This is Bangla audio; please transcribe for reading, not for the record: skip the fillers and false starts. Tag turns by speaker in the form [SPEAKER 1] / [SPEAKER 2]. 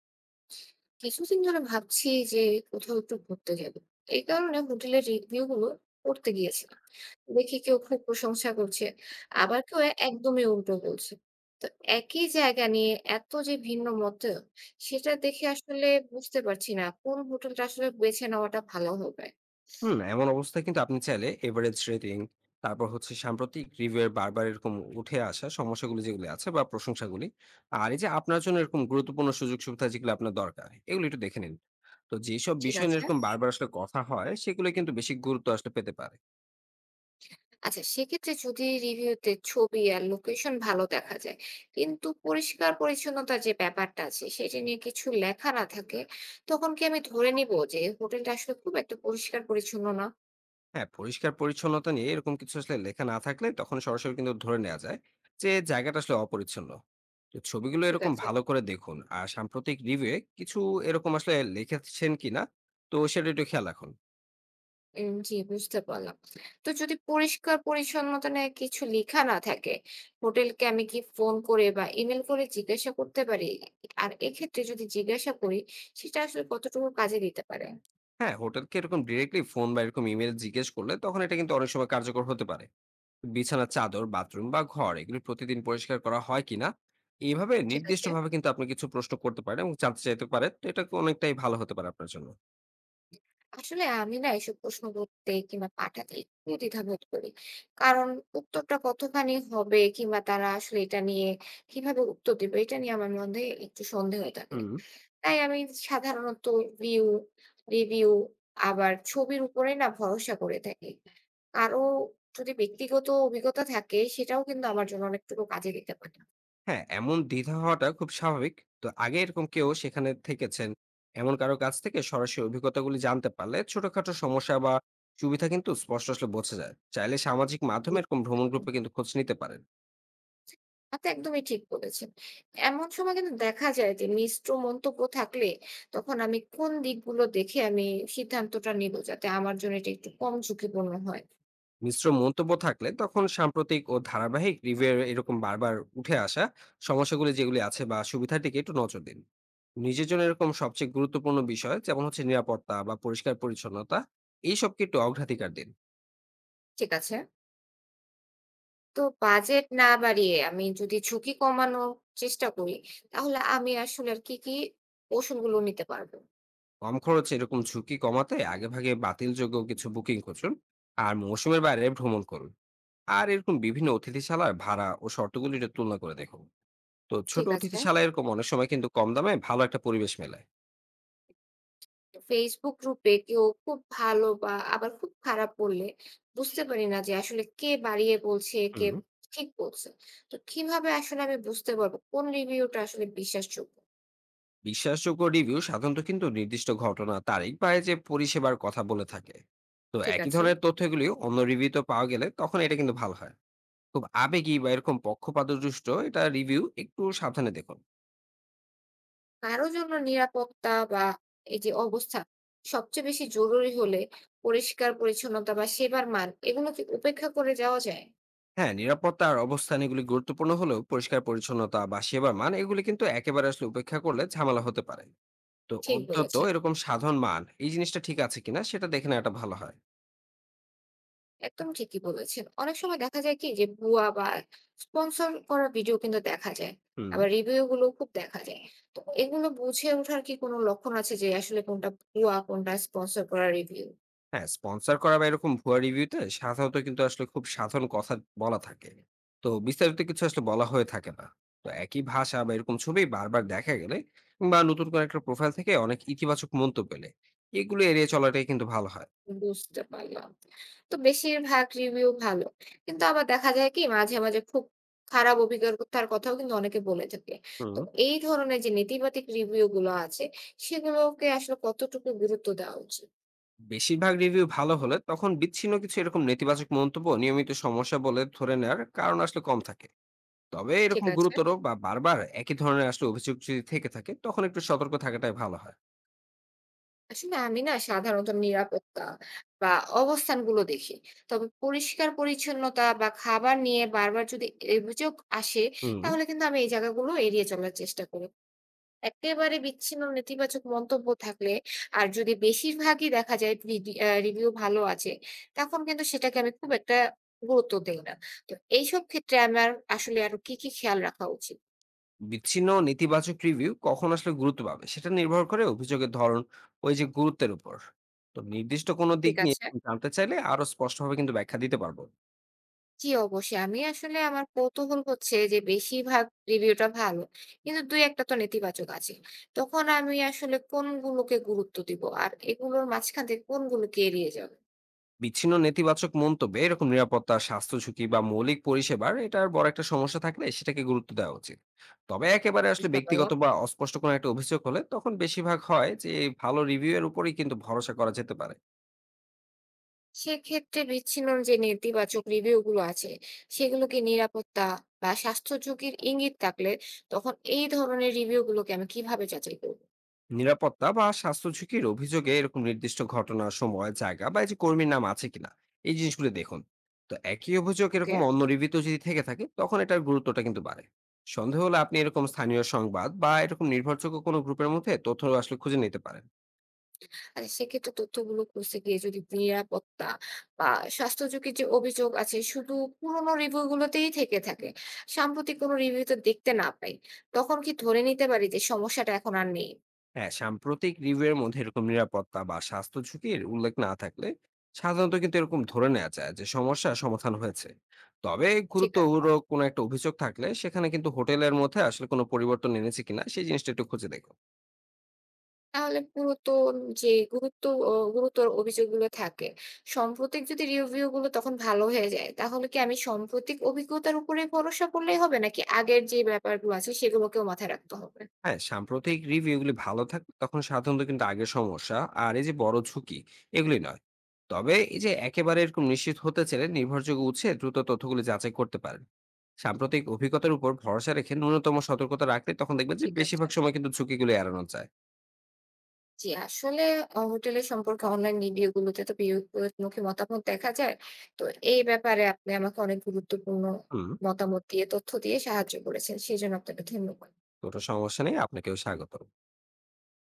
[SPEAKER 1] কিছুদিন ধরে ভাবছি যে কোথাও একটু ঘুরতে যাব। এই কারণে হোটেলের রিভিউ গুলো পড়তে গিয়েছিলাম। দেখি কেউ খুব প্রশংসা করছে, আবার কেউ একদমই উল্টো বলছে। তো একই জায়গা নিয়ে এত যে ভিন্ন মত, সেটা দেখে আসলে বুঝতে পারছি না কোন হোটেলটা আসলে বেছে নেওয়াটা ভালো হবে।
[SPEAKER 2] হুম, এমন অবস্থায় কিন্তু আপনি চাইলে এভারেজ রেটিং, তারপর হচ্ছে সাম্প্রতিক রিভিউ এর বারবার এরকম উঠে আসা সমস্যাগুলি যেগুলি আছে বা প্রশংসাগুলি, আর এই যে আপনার জন্য এরকম গুরুত্বপূর্ণ সুযোগ সুবিধা যেগুলো আপনার দরকার এগুলো একটু দেখে নিন। তো যেসব
[SPEAKER 1] ঠিক
[SPEAKER 2] বিষয় নিয়ে
[SPEAKER 1] আছে।
[SPEAKER 2] এরকম বারবার আসলে কথা হয় সেগুলো কিন্তু বেশি গুরুত্ব আসলে পেতে পারে।
[SPEAKER 1] আচ্ছা সেক্ষেত্রে যদি রিভিউতে ছবি আর লোকেশন ভালো দেখা যায় কিন্তু পরিষ্কার পরিচ্ছন্নতার যে ব্যাপারটা আছে সেটা নিয়ে কিছু লেখা না থাকে, তখন কি আমি ধরে নিব যে হোটেলটা আসলে খুব একটা পরিষ্কার পরিচ্ছন্ন না?
[SPEAKER 2] হ্যাঁ, পরিষ্কার পরিচ্ছন্নতা নিয়ে এরকম কিছু আসলে লেখা না থাকলে তখন সরাসরি কিন্তু ধরে নেওয়া যায় যে জায়গাটা আসলে অপরিচ্ছন্ন। তো ছবিগুলো
[SPEAKER 1] ঠিক
[SPEAKER 2] এরকম
[SPEAKER 1] আছে।
[SPEAKER 2] ভালো করে দেখুন আর সাম্প্রতিক রিভিউয়ে কিছু এরকম আসলে লিখেছেন কিনা, তো সেটা একটু খেয়াল রাখুন।
[SPEAKER 1] জি, বুঝতে পারলাম। তো যদি পরিষ্কার পরিচ্ছন্নতা নিয়ে কিছু লেখা না থাকে, হোটেলকে আমি কি ফোন করে বা ইমেল করে জিজ্ঞাসা করতে পারি? আর এক্ষেত্রে যদি জিজ্ঞাসা করি, সেটা আসলে কতটুকু কাজে দিতে পারে?
[SPEAKER 2] হ্যাঁ, হোটেলকে এরকম ডিরেক্টলি ফোন বা এরকম ইমেইল জিজ্ঞেস করলে তখন এটা কিন্তু অনেক সময় কার্যকর হতে পারে। বিছানার চাদর, বাথরুম বা ঘর এগুলি প্রতিদিন পরিষ্কার করা হয় কিনা? এইভাবে
[SPEAKER 1] ঠিক আছে।
[SPEAKER 2] নির্দিষ্টভাবে কিন্তু আপনি কিছু প্রশ্ন করতে পারেন এবং জানতে চাইতে পারেন। তো এটা অনেকটাই ভালো হতে পারে আপনার জন্য।
[SPEAKER 1] আসলে আমি না এসব প্রশ্ন করতে কিংবা পাঠাতে একটু দ্বিধাবোধ করি, কারণ উত্তরটা কতখানি হবে কিংবা তারা আসলে এটা নিয়ে কিভাবে উত্তর দেবে এটা নিয়ে আমার মধ্যে একটু সন্দেহ থাকে।
[SPEAKER 2] হুম।
[SPEAKER 1] তাই আমি সাধারণত ভিউ রিভিউ আবার ছবির উপরে না ভরসা করে থাকি। কারো যদি ব্যক্তিগত অভিজ্ঞতা থাকে সেটাও কিন্তু আমার জন্য অনেকটুকু কাজে দিতে পারে।
[SPEAKER 2] হ্যাঁ, এমন দ্বিধা হওয়াটা খুব স্বাভাবিক। তো আগে এরকম কেউ সেখানে থেকেছেন, এমন কারো কাছ থেকে সরাসরি অভিজ্ঞতাগুলি জানতে পারলে ছোটখাটো সমস্যা বা সুবিধা কিন্তু স্পষ্ট আসলে বোঝা যায়। চাইলে সামাজিক মাধ্যমে এরকম ভ্রমণ গ্রুপে কিন্তু খোঁজ নিতে পারেন।
[SPEAKER 1] তা তো একদমই ঠিক বলেছেন। এমন সময় কিন্তু দেখা যায় যে মিশ্র মন্তব্য থাকলে তখন আমি কোন দিকগুলো দেখে আমি সিদ্ধান্তটা নিব যাতে আমার জন্য এটা একটু কম ঝুঁকিপূর্ণ হয়।
[SPEAKER 2] মিশ্র মন্তব্য থাকলে তখন সাম্প্রতিক ও ধারাবাহিক রিভিউ এরকম বারবার উঠে আসা সমস্যাগুলি যেগুলি আছে বা সুবিধাটিকে একটু নজর দিন। নিজের জন্য এরকম সবচেয়ে গুরুত্বপূর্ণ বিষয় যেমন হচ্ছে নিরাপত্তা বা পরিষ্কার পরিচ্ছন্নতা এইসবকে একটু অগ্রাধিকার দিন।
[SPEAKER 1] ঠিক আছে। তো বাজেট না বাড়িয়ে আমি যদি ঝুঁকি কমানোর চেষ্টা করি তাহলে আমি আসলে আর কি, কি কৌশলগুলো নিতে পারবো?
[SPEAKER 2] কম খরচে এরকম ঝুঁকি কমাতে আগেভাগে বাতিলযোগ্য কিছু বুকিং করুন, আর মৌসুমের বাইরে ভ্রমণ করুন, আর এরকম বিভিন্ন অতিথিশালার ভাড়া ও শর্তগুলি একটু তুলনা করে দেখুন। তো ছোট
[SPEAKER 1] ঠিক আছে।
[SPEAKER 2] অতিথিশালা এরকম অনেক সময় কিন্তু কম দামে ভালো একটা পরিবেশ মেলায়।
[SPEAKER 1] ফেসবুক গ্রুপে কেউ খুব ভালো বা আবার খুব খারাপ বললে বুঝতে পারি না যে আসলে কে বাড়িয়ে বলছে, কে
[SPEAKER 2] হুম।
[SPEAKER 1] ঠিক বলছে। তো কিভাবে আসলে আমি বুঝতে পারবো কোন রিভিউটা আসলে বিশ্বাসযোগ্য?
[SPEAKER 2] বিশ্বাসযোগ্য রিভিউ সাধারণত কিন্তু নির্দিষ্ট ঘটনা, তারিখ বা এই যে পরিষেবার কথা বলে থাকে। তো
[SPEAKER 1] ঠিক
[SPEAKER 2] একই
[SPEAKER 1] আছে।
[SPEAKER 2] ধরনের তথ্যগুলি অন্য রিভিউতে পাওয়া গেলে তখন এটা কিন্তু ভালো হয়। খুব আবেগী বা এরকম পক্ষপাতদুষ্ট এটা রিভিউ একটু সাবধানে দেখুন।
[SPEAKER 1] কারো জন্য নিরাপত্তা বা এই যে অবস্থা সবচেয়ে বেশি জরুরি হলে পরিষ্কার পরিচ্ছন্নতা বা সেবার মান এগুলো কি উপেক্ষা করে যাওয়া যায়?
[SPEAKER 2] হ্যাঁ, নিরাপত্তা আর অবস্থান এগুলি গুরুত্বপূর্ণ হলেও পরিষ্কার পরিচ্ছন্নতা বা সেবার মান এগুলি কিন্তু একেবারে আসলে উপেক্ষা করলে ঝামেলা হতে পারে। তো
[SPEAKER 1] ঠিক
[SPEAKER 2] অন্তত
[SPEAKER 1] বলেছেন,
[SPEAKER 2] এরকম সাধারণ মান এই জিনিসটা ঠিক আছে কিনা সেটা দেখে নেওয়াটা ভালো হয়।
[SPEAKER 1] একদম ঠিকই বলেছেন। অনেক সময় দেখা যায় কি যে ভুয়া বা স্পন্সর করা ভিডিও কিন্তু দেখা যায়।
[SPEAKER 2] হুম।
[SPEAKER 1] আবার রিভিউ গুলো খুব দেখা যায়। তো এগুলো বুঝে ওঠার কি কোনো লক্ষণ আছে যে আসলে কোনটা ভুয়া, কোনটা স্পন্সর করা রিভিউ?
[SPEAKER 2] হ্যাঁ, স্পন্সর করা বা এরকম ভুয়া রিভিউতে সাধারণত কিন্তু আসলে খুব সাধারণ কথা বলা থাকে। তো বিস্তারিত কিছু আসলে বলা হয়ে থাকে না। তো একই ভাষা বা এরকম ছবি বারবার দেখা গেলে, বা নতুন কোনো একটা প্রোফাইল থেকে অনেক ইতিবাচক মন্তব্য এলে এগুলো এড়িয়ে চলাটাই কিন্তু ভালো হয়।
[SPEAKER 1] বুঝতে পারলাম। তো বেশিরভাগ রিভিউ ভালো। কিন্তু আবার দেখা যায় কি মাঝে, মাঝে খুব খারাপ অভিজ্ঞতার কথাও কিন্তু অনেকে বলে থাকে। তো
[SPEAKER 2] হুম।
[SPEAKER 1] এই ধরনের যে নেতিবাচক রিভিউ গুলো আছে সেগুলোকে আসলে কতটুকু গুরুত্ব দেওয়া উচিত?
[SPEAKER 2] বেশিরভাগ রিভিউ ভালো হলে তখন বিচ্ছিন্ন কিছু এরকম নেতিবাচক মন্তব্য নিয়মিত সমস্যা বলে ধরে নেওয়ার কারণ আসলে কম থাকে। তবে
[SPEAKER 1] ঠিক
[SPEAKER 2] এরকম
[SPEAKER 1] আছে।
[SPEAKER 2] গুরুতর বা বারবার একই ধরনের আসলে অভিযোগ যদি থেকে থাকে তখন একটু সতর্ক থাকাটাই ভালো হয়।
[SPEAKER 1] আসলে আমি না সাধারণত নিরাপত্তা বা অবস্থানগুলো দেখি। তবে পরিষ্কার পরিচ্ছন্নতা বা খাবার নিয়ে বারবার যদি অভিযোগ আসে,
[SPEAKER 2] হুম।
[SPEAKER 1] তাহলে কিন্তু আমি এই জায়গাগুলো এড়িয়ে চলার চেষ্টা করি। একেবারে বিচ্ছিন্ন নেতিবাচক মন্তব্য থাকলে আর যদি বেশিরভাগই দেখা যায় রিডি আ রিভিউ ভালো আছে, তখন কিন্তু সেটাকে আমি খুব একটা গুরুত্ব দেই না। তো এইসব ক্ষেত্রে আমার আসলে আরো কি, কি খেয়াল রাখা উচিত?
[SPEAKER 2] বিচ্ছিন্ন নেতিবাচক রিভিউ কখন আসলে গুরুত্ব পাবে সেটা নির্ভর করে অভিযোগের ধরন, ওই যে গুরুত্বের উপর। তো নির্দিষ্ট কোনো দিক
[SPEAKER 1] ঠিক
[SPEAKER 2] নিয়ে
[SPEAKER 1] আছে।
[SPEAKER 2] জানতে চাইলে আরো স্পষ্টভাবে কিন্তু ব্যাখ্যা দিতে পারবো।
[SPEAKER 1] জি, অবশ্যই। আমি আসলে আমার কৌতূহল হচ্ছে যে বেশিরভাগ রিভিউটা ভালো। কিন্তু ২-১ টা তো নেতিবাচক আছে। তখন আমি আসলে কোনগুলোকে গুরুত্ব দিব? আর এগুলোর মাঝখান থেকে কোনগুলোকে এড়িয়ে যাব?
[SPEAKER 2] বিচ্ছিন্ন নেতিবাচক মন্তব্যে এরকম নিরাপত্তা, স্বাস্থ্য ঝুঁকি বা মৌলিক পরিষেবার এটার বড় একটা সমস্যা থাকলে সেটাকে গুরুত্ব দেওয়া উচিত। তবে একেবারে আসলে
[SPEAKER 1] বুঝতে
[SPEAKER 2] ব্যক্তিগত
[SPEAKER 1] পারলাম।
[SPEAKER 2] বা অস্পষ্ট কোনো একটা অভিযোগ হলে তখন বেশিরভাগ হয় যে ভালো রিভিউ এর উপরেই কিন্তু ভরসা করা যেতে পারে।
[SPEAKER 1] সেক্ষেত্রে বিচ্ছিন্ন যে নেতিবাচক রিভিউ গুলো আছে, সেগুলোকে নিরাপত্তা বা স্বাস্থ্য ঝুঁকির ইঙ্গিত থাকলে তখন এই ধরনের রিভিউ গুলোকে আমি কিভাবে যাচাই করব?
[SPEAKER 2] নিরাপত্তা বা স্বাস্থ্য ঝুঁকির অভিযোগে এরকম নির্দিষ্ট ঘটনা, সময়, জায়গা বা এই যে কর্মীর নাম আছে কিনা এই জিনিসগুলো দেখুন। তো একই অভিযোগ
[SPEAKER 1] ওকে।
[SPEAKER 2] এরকম অন্য রিভিউতে যদি থেকে থাকে তখন এটার গুরুত্বটা কিন্তু বাড়ে। সন্দেহ হলে আপনি এরকম স্থানীয় সংবাদ বা এরকম নির্ভরযোগ্য কোনো গ্রুপের মধ্যে তথ্য আসলে খুঁজে নিতে পারেন।
[SPEAKER 1] আর সেক্ষেত্রে তথ্যগুলো খুঁজতে গিয়ে যদি নিরাপত্তা বা স্বাস্থ্য ঝুঁকির যে অভিযোগ আছে শুধু পুরোনো রিভিউ গুলোতেই থেকে থাকে, সাম্প্রতিক কোনো রিভিউতে দেখতে না পাই, তখন কি ধরে নিতে পারি যে সমস্যাটা এখন আর নেই?
[SPEAKER 2] হ্যাঁ, সাম্প্রতিক রিভিউয়ের মধ্যে এরকম নিরাপত্তা বা স্বাস্থ্য ঝুঁকির উল্লেখ না থাকলে সাধারণত কিন্তু এরকম ধরে নেওয়া যায় যে সমস্যা সমাধান হয়েছে। তবে
[SPEAKER 1] ঠিক আছে।
[SPEAKER 2] গুরুত্বপূর্ণ কোনো একটা অভিযোগ থাকলে সেখানে কিন্তু হোটেলের মধ্যে আসলে কোনো পরিবর্তন এনেছে কিনা সেই জিনিসটা একটু খুঁজে দেখো।
[SPEAKER 1] তাহলে পুরাতন যে গুরুত্ব ও গুরুতর অভিযোগগুলো থাকে, সাম্প্রতিক যদি রিভিউ গুলো তখন ভালো হয়ে যায়, তাহলে কি আমি সাম্প্রতিক অভিজ্ঞতার উপরে ভরসা করলেই হবে নাকি আগের যে ব্যাপারগুলো আছে সেগুলোকেও মাথায় রাখতে হবে?
[SPEAKER 2] হ্যাঁ, সাম্প্রতিক রিভিউগুলি ভালো থাকলে তখন সাধারণত কিন্তু আগের সমস্যা আর এই যে বড় ঝুঁকি এগুলি নয়। তবে এই যে একেবারে এরকম নিশ্চিত হতে চাইলে নির্ভরযোগ্য উৎসে দ্রুত তথ্যগুলি যাচাই করতে পারেন। সাম্প্রতিক অভিজ্ঞতার উপর ভরসা রেখে ন্যূনতম সতর্কতা রাখলে তখন দেখবেন যে
[SPEAKER 1] ঠিক আছে।
[SPEAKER 2] বেশিরভাগ সময় কিন্তু ঝুঁকিগুলো এড়ানো যায়।
[SPEAKER 1] জি, আসলে হোটেলের সম্পর্কে অনলাইন রিভিউ গুলোতে তো বিপরীতমুখী মতামত দেখা যায়। তো এই ব্যাপারে আপনি আমাকে অনেক গুরুত্বপূর্ণ
[SPEAKER 2] হুম।
[SPEAKER 1] মতামত দিয়ে, তথ্য দিয়ে সাহায্য করেছেন। সেজন্য আপনাকে ধন্যবাদ।
[SPEAKER 2] কোনো সমস্যা নেই, আপনাকেও স্বাগত।